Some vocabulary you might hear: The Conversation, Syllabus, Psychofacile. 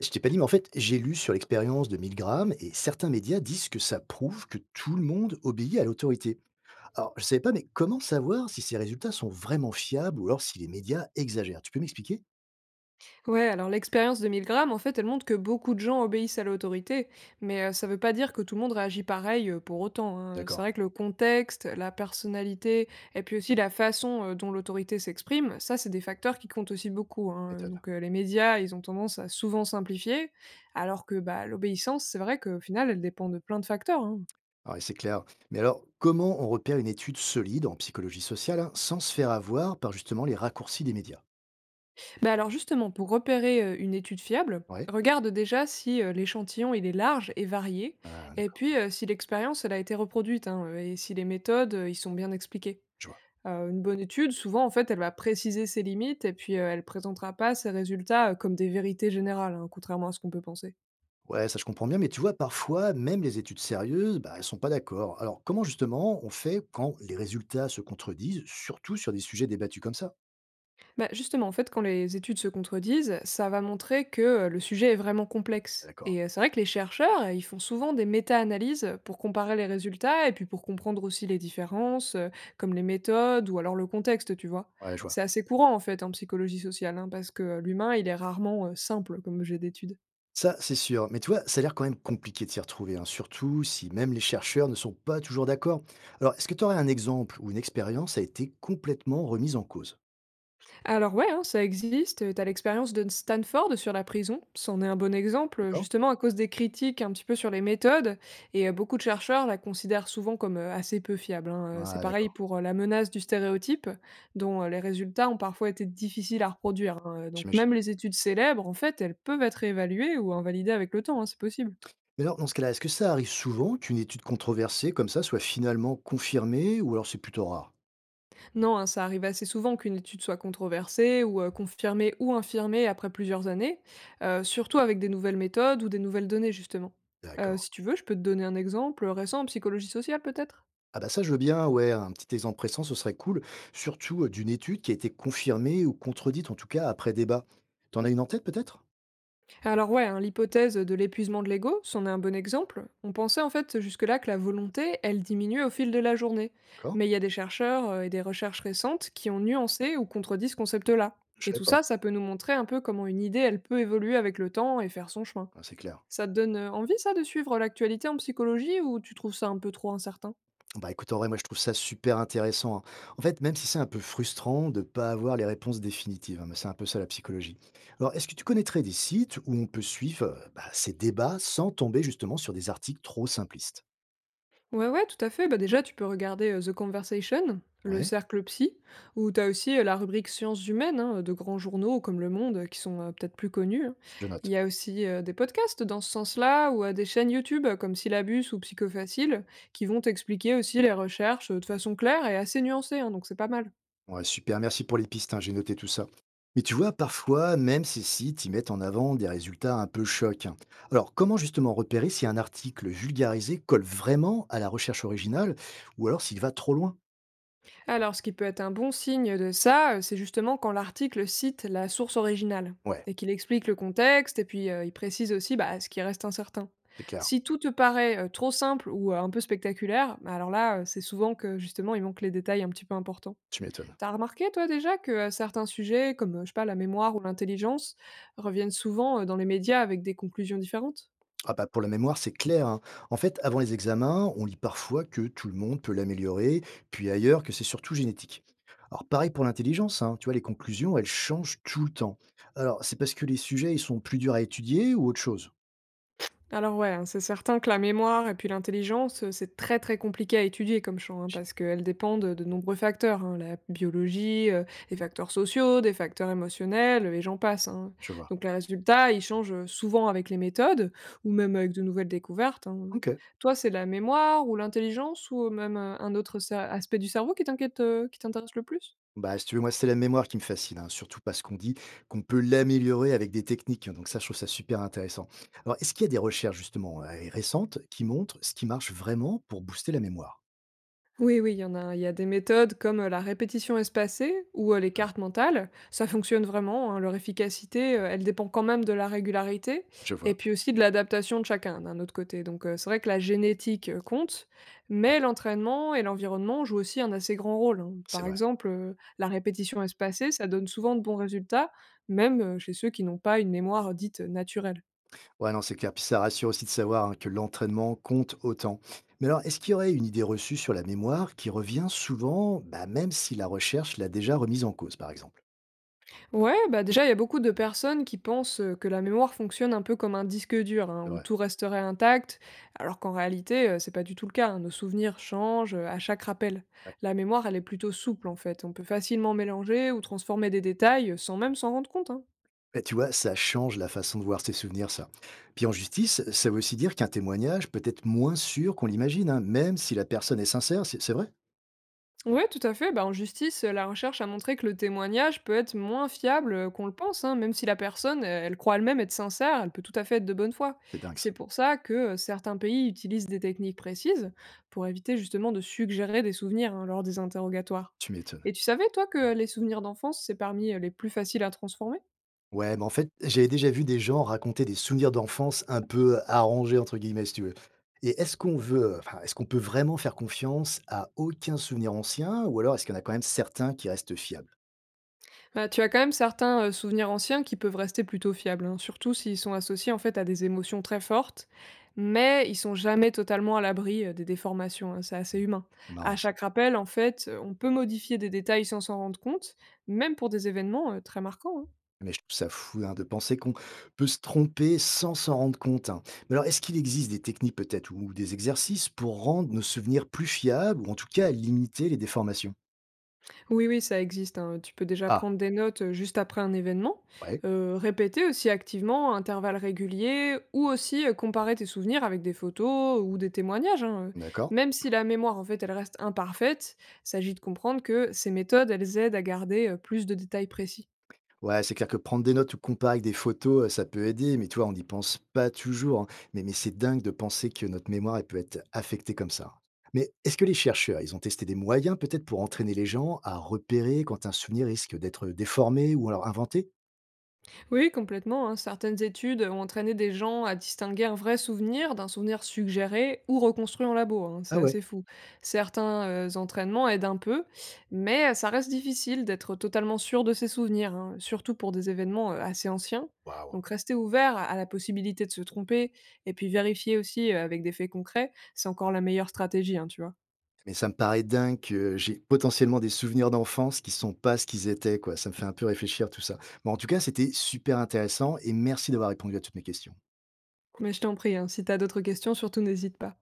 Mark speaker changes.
Speaker 1: Je t'ai pas dit, mais en fait, j'ai lu sur l'expérience de 1000 grammes et certains médias disent que ça prouve que tout le monde obéit à l'autorité. Alors, je savais pas, mais comment savoir si ces résultats sont vraiment fiables ou alors si les médias exagèrent? Tu peux m'expliquer?
Speaker 2: Ouais, alors l'expérience de 1000 grammes, en fait, elle montre que beaucoup de gens obéissent à l'autorité, mais ça veut pas dire que tout le monde réagit pareil pour autant, hein. C'est
Speaker 1: D'accord,
Speaker 2: vrai que le contexte, la personnalité, et puis aussi la façon dont l'autorité s'exprime, ça, c'est des facteurs qui comptent aussi beaucoup, hein.
Speaker 1: étonne.
Speaker 2: Donc les médias, ils ont tendance à souvent simplifier, alors que bah, l'obéissance, c'est vrai qu'au final, elle dépend de plein de facteurs, hein.
Speaker 1: Ah ouais, c'est clair. Mais alors, comment on repère une étude solide en psychologie sociale, hein, sans se faire avoir par justement les raccourcis des médias?
Speaker 2: Bah alors justement, pour repérer une étude fiable,
Speaker 1: Ouais.
Speaker 2: regarde déjà si l'échantillon il est large et varié,
Speaker 1: Ah,
Speaker 2: et
Speaker 1: d'accord,
Speaker 2: puis si l'expérience elle a été reproduite, hein, et si les méthodes y sont bien expliquées.
Speaker 1: je vois.
Speaker 2: Une bonne étude, souvent en fait, elle va préciser ses limites et puis elle présentera pas ses résultats comme des vérités générales, hein, contrairement à ce qu'on peut penser.
Speaker 1: Ouais, ça je comprends bien, mais tu vois, parfois, même les études sérieuses, bah, elles sont pas d'accord. Alors, comment justement on fait quand les résultats se contredisent, surtout sur des sujets débattus comme ça?
Speaker 2: Bah, justement, en fait, quand les études se contredisent, ça va montrer que le sujet est vraiment
Speaker 1: Ah,
Speaker 2: complexe.
Speaker 1: d'accord.
Speaker 2: Et c'est vrai que les chercheurs, ils font souvent des méta-analyses pour comparer les résultats et puis pour comprendre aussi les différences, comme les méthodes ou alors le contexte, tu vois.
Speaker 1: Ouais, je vois.
Speaker 2: C'est assez courant, en fait, en psychologie sociale, hein, parce que l'humain, il est rarement simple comme objet d'étude.
Speaker 1: Ça, c'est sûr. Mais tu vois, ça a l'air quand même compliqué de s'y retrouver, hein, surtout si même les chercheurs ne sont pas toujours d'accord. Alors, est-ce que tu aurais un exemple où une expérience a été complètement remise en cause?
Speaker 2: Alors ouais, hein, ça existe. T'as l'expérience de Stanford sur la prison. C'en est un bon exemple,
Speaker 1: D'accord?
Speaker 2: justement à cause des critiques un petit peu sur les méthodes. Et beaucoup de chercheurs la considèrent souvent comme assez peu fiable, hein. C'est
Speaker 1: Ah,
Speaker 2: pareil
Speaker 1: d'accord,
Speaker 2: pour la menace du stéréotype, dont les résultats ont parfois été difficiles à reproduire, hein. Donc
Speaker 1: j'imagine.
Speaker 2: même les études célèbres, en fait, elles peuvent être évaluées ou invalidées avec le temps, hein, c'est possible.
Speaker 1: Mais alors, dans ce cas-là, est-ce que ça arrive souvent qu'une étude controversée comme ça soit finalement confirmée ou alors c'est plutôt rare?
Speaker 2: Non, hein, ça arrive assez souvent qu'une étude soit controversée ou confirmée ou infirmée après plusieurs années, surtout avec des nouvelles méthodes ou des nouvelles données justement.
Speaker 1: D'accord.
Speaker 2: Si tu veux, je peux te donner un exemple récent en psychologie sociale peut-être.
Speaker 1: Ah bah ça, je veux bien, ouais, un petit exemple pressant, ce serait cool, surtout d'une étude qui a été confirmée ou contredite, en tout cas après débat. T'en as une en tête peut-être?
Speaker 2: Alors ouais, hein, l'hypothèse de l'épuisement de l'ego, c'en est un bon exemple. On pensait en fait jusque-là que la volonté, elle diminuait au fil de la journée.
Speaker 1: D'accord?
Speaker 2: Mais il y a des chercheurs et des recherches récentes qui ont nuancé ou contredit ce concept-là.
Speaker 1: Je
Speaker 2: Et
Speaker 1: savais
Speaker 2: tout
Speaker 1: pas.
Speaker 2: ça, ça peut nous montrer un peu comment une idée, elle peut évoluer avec le temps et faire son chemin.
Speaker 1: Ah, c'est clair.
Speaker 2: Ça te donne, envie ça de suivre l'actualité en psychologie ou tu trouves ça un peu trop incertain?
Speaker 1: Bah écoute, en vrai, moi je trouve ça super intéressant, hein. En fait, même si c'est un peu frustrant de ne pas avoir les réponses définitives, hein, mais c'est un peu ça la psychologie. Alors, est-ce que tu connaîtrais des sites où on peut suivre bah, ces débats sans tomber justement sur des articles trop simplistes?
Speaker 2: Ouais, ouais, tout à fait. Bah, déjà, tu peux regarder, The Conversation, le
Speaker 1: Ouais,
Speaker 2: cercle psy, ou t'as aussi, la rubrique sciences humaines, hein, de grands journaux comme Le Monde qui sont, peut-être plus connus, hein.
Speaker 1: je note.
Speaker 2: Il y a aussi, des podcasts dans ce sens-là ou, des chaînes YouTube comme Syllabus ou Psychofacile qui vont t'expliquer aussi les recherches, de façon claire et assez nuancée, hein, donc c'est pas mal.
Speaker 1: Ouais, super, merci pour les pistes, hein, j'ai noté tout ça. Mais tu vois, parfois, même ces sites, ils mettent en avant des résultats un peu chocs, hein. Alors, comment justement repérer si un article vulgarisé colle vraiment à la recherche originale ou alors s'il va trop loin?
Speaker 2: Alors, ce qui peut être un bon signe de ça, c'est justement quand l'article cite la source originale
Speaker 1: Ouais,
Speaker 2: et qu'il explique le contexte et puis il précise aussi bah, ce qui reste incertain.
Speaker 1: c'est clair,
Speaker 2: Si tout te paraît trop simple ou un peu spectaculaire, bah alors là, c'est souvent que justement il manque les détails un petit peu importants.
Speaker 1: tu m'étonnes.
Speaker 2: T'as remarqué toi déjà que certains sujets, comme je sais pas la mémoire ou l'intelligence, reviennent souvent dans les médias avec des conclusions différentes?
Speaker 1: Ah bah pour la mémoire, c'est clair, hein. En fait, avant les examens, on lit parfois que tout le monde peut l'améliorer, puis ailleurs que c'est surtout génétique. Alors pareil pour l'intelligence, hein, tu vois, les conclusions, elles changent tout le temps. Alors, c'est parce que les sujets, ils sont plus durs à étudier ou autre chose?
Speaker 2: Alors ouais, hein, c'est certain que la mémoire et puis l'intelligence, c'est très, très compliqué à étudier comme champ, hein, parce qu'elles dépendent de nombreux facteurs, hein, la biologie, les facteurs sociaux, des facteurs émotionnels, et j'en passe, hein.
Speaker 1: Je vois.
Speaker 2: Donc les résultats, ils changent, souvent avec les méthodes ou même avec de nouvelles découvertes, hein.
Speaker 1: OK.
Speaker 2: Toi, c'est la mémoire ou l'intelligence ou même, un autre cer aspect du cerveau qui t'inquiète, qui t'intéresse le plus?
Speaker 1: Bah, si tu veux, moi, c'est la mémoire qui me fascine, hein, surtout parce qu'on dit qu'on peut l'améliorer avec des techniques. Donc ça, je trouve ça super intéressant. Alors, est-ce qu'il y a des recherches, justement, récentes qui montrent ce qui marche vraiment pour booster la mémoire?
Speaker 2: Oui, oui, il y en a. Il y a des méthodes comme la répétition espacée ou les
Speaker 1: Heu,
Speaker 2: cartes mentales. Ça fonctionne vraiment, hein. Leur efficacité, elle dépend quand même de la régularité
Speaker 1: je
Speaker 2: et
Speaker 1: vois.
Speaker 2: puis aussi de l'adaptation de chacun d'un autre côté. Donc c'est vrai que la génétique compte,
Speaker 1: Ouais,
Speaker 2: mais l'entraînement et l'environnement jouent aussi un assez grand rôle, hein.
Speaker 1: c'est
Speaker 2: Par
Speaker 1: vrai.
Speaker 2: exemple, la répétition espacée, ça donne souvent de bons résultats, même chez ceux qui n'ont pas une mémoire dite naturelle.
Speaker 1: Ouais, non, c'est clair. Puis ça rassure aussi de savoir, hein, que l'entraînement compte autant. Mais alors, est-ce qu'il y aurait une idée reçue sur la mémoire qui revient souvent, bah, même si la recherche l'a déjà remise en cause, par exemple?
Speaker 2: Ouais, bah déjà, il y a beaucoup de personnes qui pensent que la mémoire fonctionne un peu comme un disque dur, hein, où
Speaker 1: Ouais.
Speaker 2: tout resterait intact, alors qu'en réalité, c'est pas du tout le cas, hein. Nos souvenirs changent à chaque rappel. La mémoire, elle est plutôt souple en fait. On peut facilement mélanger ou transformer des détails sans même s'en rendre compte, hein.
Speaker 1: Bah, tu vois, ça change la façon de voir ses souvenirs, ça. Puis en justice, ça veut aussi dire qu'un témoignage peut être moins sûr qu'on l'imagine, hein, même si la personne est sincère, c'est vrai.
Speaker 2: Ouais, tout à fait. Bah, en justice, la recherche a montré que le témoignage peut être moins fiable qu'on le pense, hein, même si la personne, elle croit elle-même être sincère, elle peut tout à fait être de bonne foi.
Speaker 1: C'est dingue ça,
Speaker 2: C'est pour ça que certains pays utilisent des techniques précises pour éviter justement de suggérer des souvenirs hein, lors des interrogatoires.
Speaker 1: tu m'étonnes.
Speaker 2: Et tu savais, toi, que les souvenirs d'enfance, c'est parmi les plus faciles à transformer?
Speaker 1: Ouais, mais en fait, j'avais déjà vu des gens raconter des souvenirs d'enfance un peu «arrangés», entre guillemets, si tu veux. Et est-ce qu'on veut, enfin, est-ce qu'on peut vraiment faire confiance à aucun souvenir ancien, ou alors est-ce qu'il y en a quand même certains qui restent fiables?
Speaker 2: Bah, tu as quand même certains souvenirs anciens qui peuvent rester plutôt fiables, hein, surtout s'ils sont associés en fait à des émotions très fortes, mais ils sont jamais totalement à l'abri des déformations, hein, c'est assez
Speaker 1: Hmm,
Speaker 2: humain.
Speaker 1: c'est marrant
Speaker 2: À
Speaker 1: ça.
Speaker 2: chaque rappel, en fait, on peut modifier des détails sans s'en rendre compte, même pour des événements très marquants, hein.
Speaker 1: Mais je trouve ça fou, hein, de penser qu'on peut se tromper sans s'en rendre compte, hein. Mais alors, est-ce qu'il existe des techniques peut-être ou des exercices pour rendre nos souvenirs plus fiables ou en tout cas limiter les déformations?
Speaker 2: Oui, oui, ça existe, hein. Tu peux déjà
Speaker 1: Ah,
Speaker 2: prendre des notes juste après un événement,
Speaker 1: ouais,
Speaker 2: répéter aussi activement à intervalles réguliers, ou aussi comparer tes souvenirs avec des photos ou des témoignages, hein.
Speaker 1: d'accord.
Speaker 2: Même si la mémoire, en fait, elle reste imparfaite, il s'agit de comprendre que ces méthodes, elles aident à garder plus de détails précis.
Speaker 1: Ouais, c'est clair que prendre des notes ou comparer avec des photos, ça peut aider, mais toi, on n'y pense pas toujours, hein. Mais c'est dingue de penser que notre mémoire elle peut être affectée comme ça. Mais est-ce que les chercheurs, ils ont testé des moyens peut-être pour entraîner les gens à repérer quand un souvenir risque d'être déformé ou alors inventé?
Speaker 2: Oui, complètement, hein. Certaines études ont entraîné des gens à distinguer un vrai souvenir d'un souvenir suggéré ou reconstruit en labo, hein.
Speaker 1: Ah
Speaker 2: C'est
Speaker 1: ouais,
Speaker 2: assez fou. Certains entraînements aident un peu, mais ça reste difficile d'être totalement sûr de ses souvenirs, hein, surtout pour des événements assez anciens.
Speaker 1: waouh.
Speaker 2: Donc rester ouvert à la possibilité de se tromper et puis vérifier aussi avec des faits concrets, c'est encore la meilleure stratégie, hein, tu vois.
Speaker 1: Mais ça me paraît dingue que j'ai potentiellement des souvenirs d'enfance qui sont pas ce qu'ils étaient, quoi. Ça me fait un peu réfléchir tout ça. Bon, en tout cas, c'était super intéressant et merci d'avoir répondu à toutes mes questions.
Speaker 2: Mais je t'en prie, hein, si t'as d'autres questions, surtout n'hésite pas.